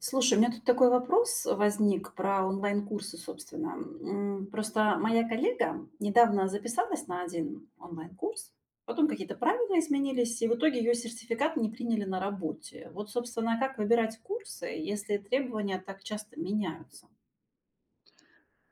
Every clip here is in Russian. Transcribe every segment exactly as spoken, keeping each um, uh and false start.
Слушай, у меня тут такой вопрос возник про онлайн-курсы, собственно. М, Просто моя коллега недавно записалась на один онлайн-курс, потом какие-то правила изменились, и в итоге ее сертификат не приняли на работе. Вот, собственно, как выбирать курсы, если требования так часто меняются?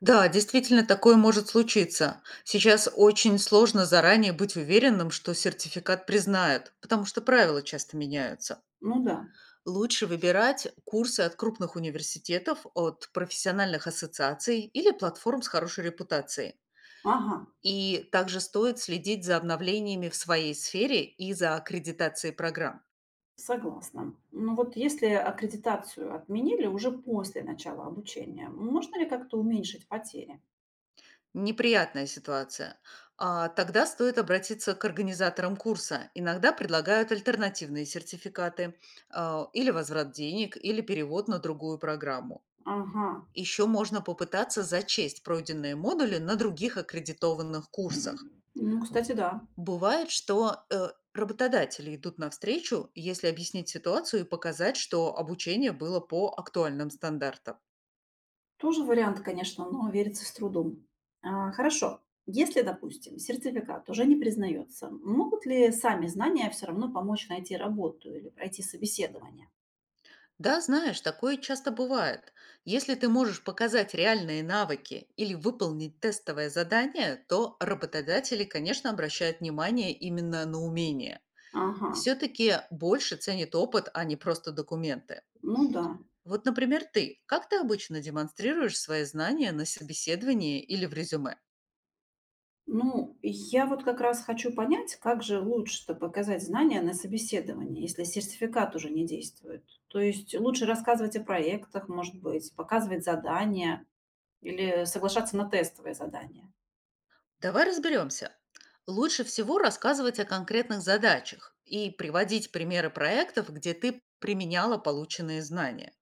Да, действительно, такое может случиться. Сейчас очень сложно заранее быть уверенным, что сертификат признают, потому что правила часто меняются. Ну да, Лучше выбирать курсы от крупных университетов, от профессиональных ассоциаций или платформ с хорошей репутацией. ага, И также стоит следить за обновлениями в своей сфере и за аккредитацией программ. согласна. Ну вот если аккредитацию отменили уже после начала обучения, можно ли как-то уменьшить потери? Неприятная ситуация. А, тогда стоит обратиться к организаторам курса. Иногда предлагают альтернативные сертификаты, а, или возврат денег, или перевод на другую программу. Ага, Еще можно попытаться зачесть пройденные модули на других аккредитованных курсах. ну, кстати, да. Бывает, что э, работодатели идут навстречу, если объяснить ситуацию и показать, что обучение было по актуальным стандартам. Тоже вариант, конечно, но верится с трудом. А, хорошо. Если, допустим, сертификат уже не признается, могут ли сами знания все равно помочь найти работу или пройти собеседование? Да, знаешь, такое часто бывает. Если ты можешь показать реальные навыки или выполнить тестовое задание, то работодатели, конечно, обращают внимание именно на умения. Ага, Все-таки больше ценят опыт, а не просто документы. ну да. Вот, например, ты. Как ты обычно демонстрируешь свои знания на собеседовании или в резюме? Ну, я вот как раз хочу понять, как же лучше-то показать знания на собеседовании, если сертификат уже не действует. То есть лучше рассказывать о проектах, может быть, показывать задания или соглашаться на тестовые задания. Давай разберемся. Лучше всего рассказывать о конкретных задачах и приводить примеры проектов, где ты применяла полученные знания.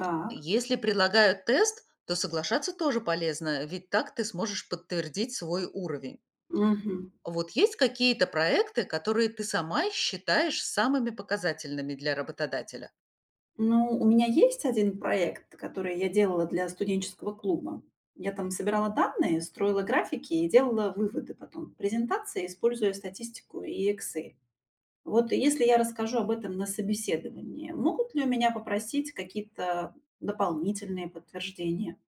Так. Если предлагают тест, то соглашаться тоже полезно, ведь так ты сможешь подтвердить свой уровень. Мгм. Вот есть какие-то проекты, которые ты сама считаешь самыми показательными для работодателя? Ну, у меня есть один проект, который я делала для студенческого клуба. Я там собирала данные, строила графики и делала выводы потом в презентации, используя статистику и Excel. Вот если я расскажу об этом на собеседовании, могут ли у меня попросить какие-то дополнительные подтверждения?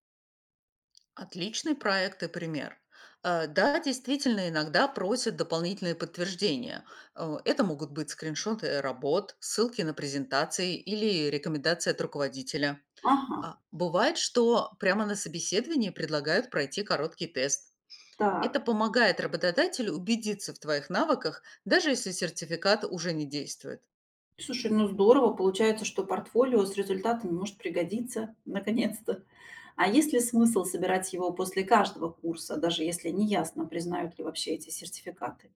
Отличный проект и пример. Э, Да, действительно, иногда просят дополнительные подтверждения. Э, Это могут быть скриншоты работ, ссылки на презентации или рекомендации от руководителя. Ага, А Бывает, что прямо на собеседовании предлагают пройти короткий тест. Это так. помогает работодателю убедиться в твоих навыках, даже если сертификат уже не действует. Слушай, ну здорово, получается, что портфолио с результатами может пригодиться, наконец-то. А есть ли смысл собирать его после каждого курса, даже если не ясно признают ли вообще эти сертификаты?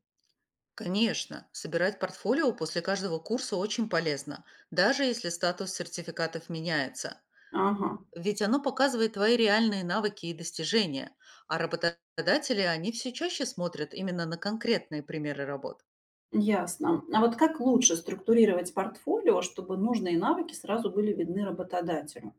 Конечно, собирать портфолио после каждого курса очень полезно, даже если статус сертификатов меняется. Ага, Ведь оно показывает твои реальные навыки и достижения, а работодатели, они все чаще смотрят именно на конкретные примеры работ. ясно. А вот как лучше структурировать портфолио, чтобы нужные навыки сразу были видны работодателю?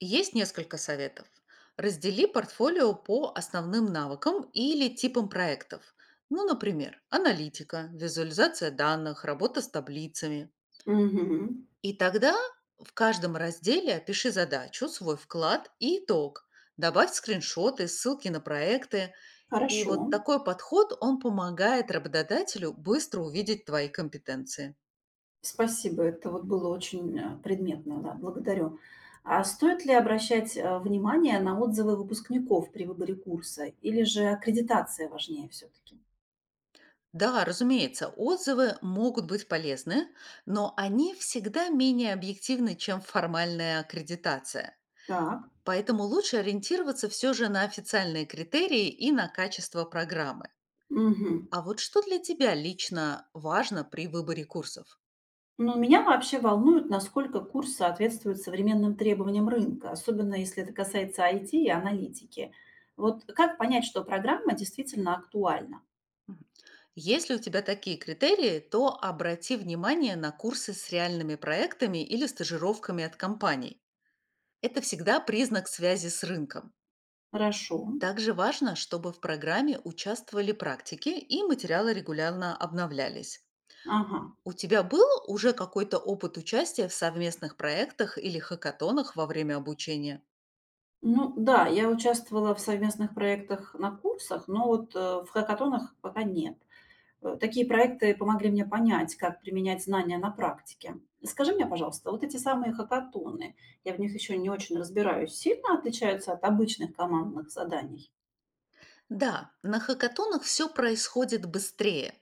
Есть несколько советов. Раздели портфолио по основным навыкам или типам проектов. Ну, например, аналитика, визуализация данных, работа с таблицами. Угу, И тогда в каждом разделе опиши задачу, свой вклад и итог. Добавь скриншоты, ссылки на проекты. И хорошо. вот такой подход, он помогает работодателю быстро увидеть твои компетенции. Спасибо, это вот было очень э, предметно, да, благодарю. А стоит ли обращать э, внимание на отзывы выпускников при выборе курса, или же аккредитация важнее все-таки? Да, разумеется, отзывы могут быть полезны, но они всегда менее объективны, чем формальная аккредитация. Так, Поэтому лучше ориентироваться все же на официальные критерии и на качество программы. мгм. А вот что для тебя лично важно при выборе курсов? Ну, меня вообще волнует, насколько курс соответствует современным требованиям рынка, особенно если это касается I T и аналитики. Вот как понять, что программа действительно актуальна? Мгм. Если у тебя такие критерии, то обрати внимание на курсы с реальными проектами или стажировками от компаний. Это всегда признак связи с рынком. Хорошо. Также важно, чтобы в программе участвовали практики и материалы регулярно обновлялись. Ага. У тебя был уже какой-то опыт участия в совместных проектах или хакатонах во время обучения? Ну да, я участвовала в совместных проектах на курсах, но вот, э, в хакатонах пока нет. Э, такие проекты помогли мне понять, как применять знания на практике. Скажи мне, пожалуйста, вот эти самые хакатоны, я в них еще не очень разбираюсь, сильно отличаются от обычных командных заданий? Да, на хакатонах все происходит быстрее.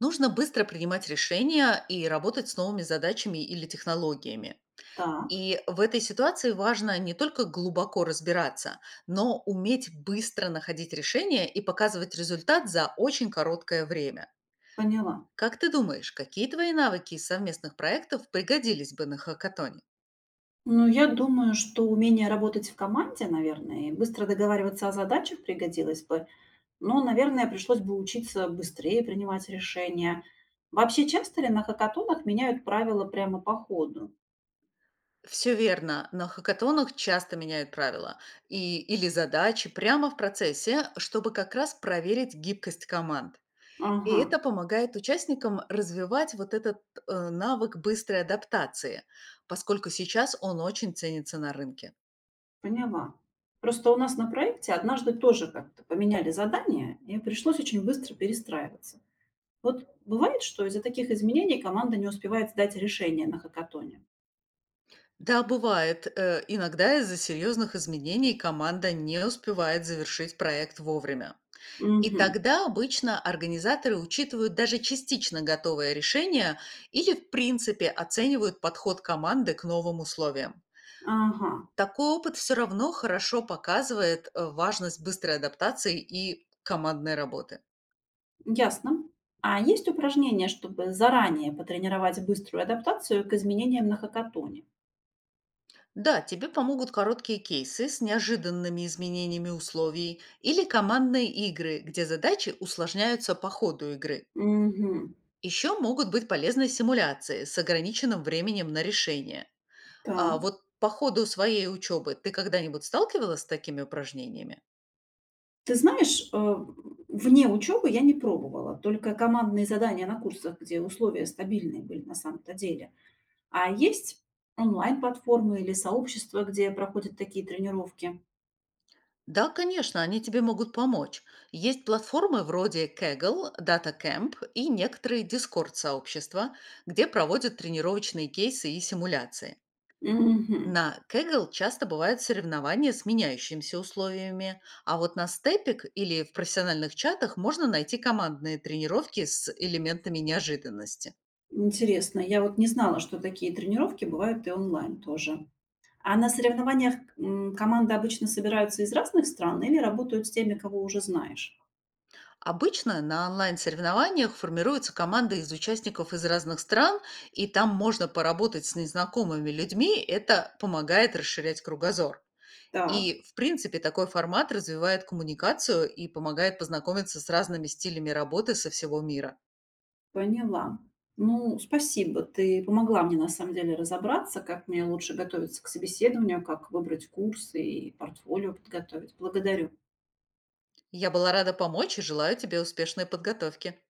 Нужно быстро принимать решения и работать с новыми задачами или технологиями. Так, И в этой ситуации важно не только глубоко разбираться, но уметь быстро находить решения и показывать результат за очень короткое время. поняла. Как ты думаешь, какие твои навыки из совместных проектов пригодились бы на хакатоне? Ну, я думаю, что умение работать в команде, наверное, и быстро договариваться о задачах пригодилось бы, ну, наверное, пришлось бы учиться быстрее принимать решения. Вообще, часто ли на хакатонах меняют правила прямо по ходу? Все верно. На хакатонах часто меняют правила и, или задачи прямо в процессе, чтобы как раз проверить гибкость команд. И Ага, это помогает участникам развивать вот этот э, навык быстрой адаптации, поскольку сейчас он очень ценится на рынке. поняла. Просто у нас на проекте однажды тоже как-то поменяли задание, и пришлось очень быстро перестраиваться. Вот бывает, что из-за таких изменений команда не успевает сдать решение на хакатоне. Да, бывает. э, иногда из-за серьезных изменений команда не успевает завершить проект вовремя. И Угу. тогда обычно организаторы учитывают даже частично готовое решение или в принципе оценивают подход команды к новым условиям. Ага, Такой опыт все равно хорошо показывает э, важность быстрой адаптации и командной работы. ясно. А есть упражнения, чтобы заранее потренировать быструю адаптацию к изменениям на хакатоне? Да, тебе помогут короткие кейсы с неожиданными изменениями условий или командные игры, где задачи усложняются по ходу игры. Угу. Еще могут быть полезны симуляции с ограниченным временем на решение. А Так. вот по ходу своей учебы ты когда-нибудь сталкивалась с такими упражнениями? Ты знаешь, э, вне учёбы я не пробовала, только командные задания на курсах, где условия стабильные были на самом-то деле. А есть онлайн-платформы или сообщества, где проходят такие тренировки? Да, конечно, они тебе могут помочь. Есть платформы вроде кэгл, дата кэмп и некоторые дискорд-сообщества, где проводят тренировочные кейсы и симуляции. Мгм. На кэгл часто бывают соревнования с меняющимися условиями, а вот на степик или в профессиональных чатах можно найти командные тренировки с элементами неожиданности. Интересно, я вот не знала, что такие тренировки бывают и онлайн тоже. А на соревнованиях, м, команды обычно собираются из разных стран или работают с теми, кого уже знаешь? Обычно на онлайн-соревнованиях формируется команда из участников из разных стран, и там можно поработать с незнакомыми людьми, это помогает расширять кругозор. Так. И, в принципе, такой формат развивает коммуникацию и помогает познакомиться с разными стилями работы со всего мира. Поняла. Ну, спасибо. Ты помогла мне на самом деле разобраться, как мне лучше готовиться к собеседованию, как выбрать курсы и портфолио подготовить. Благодарю. Я была рада помочь и желаю тебе успешной подготовки.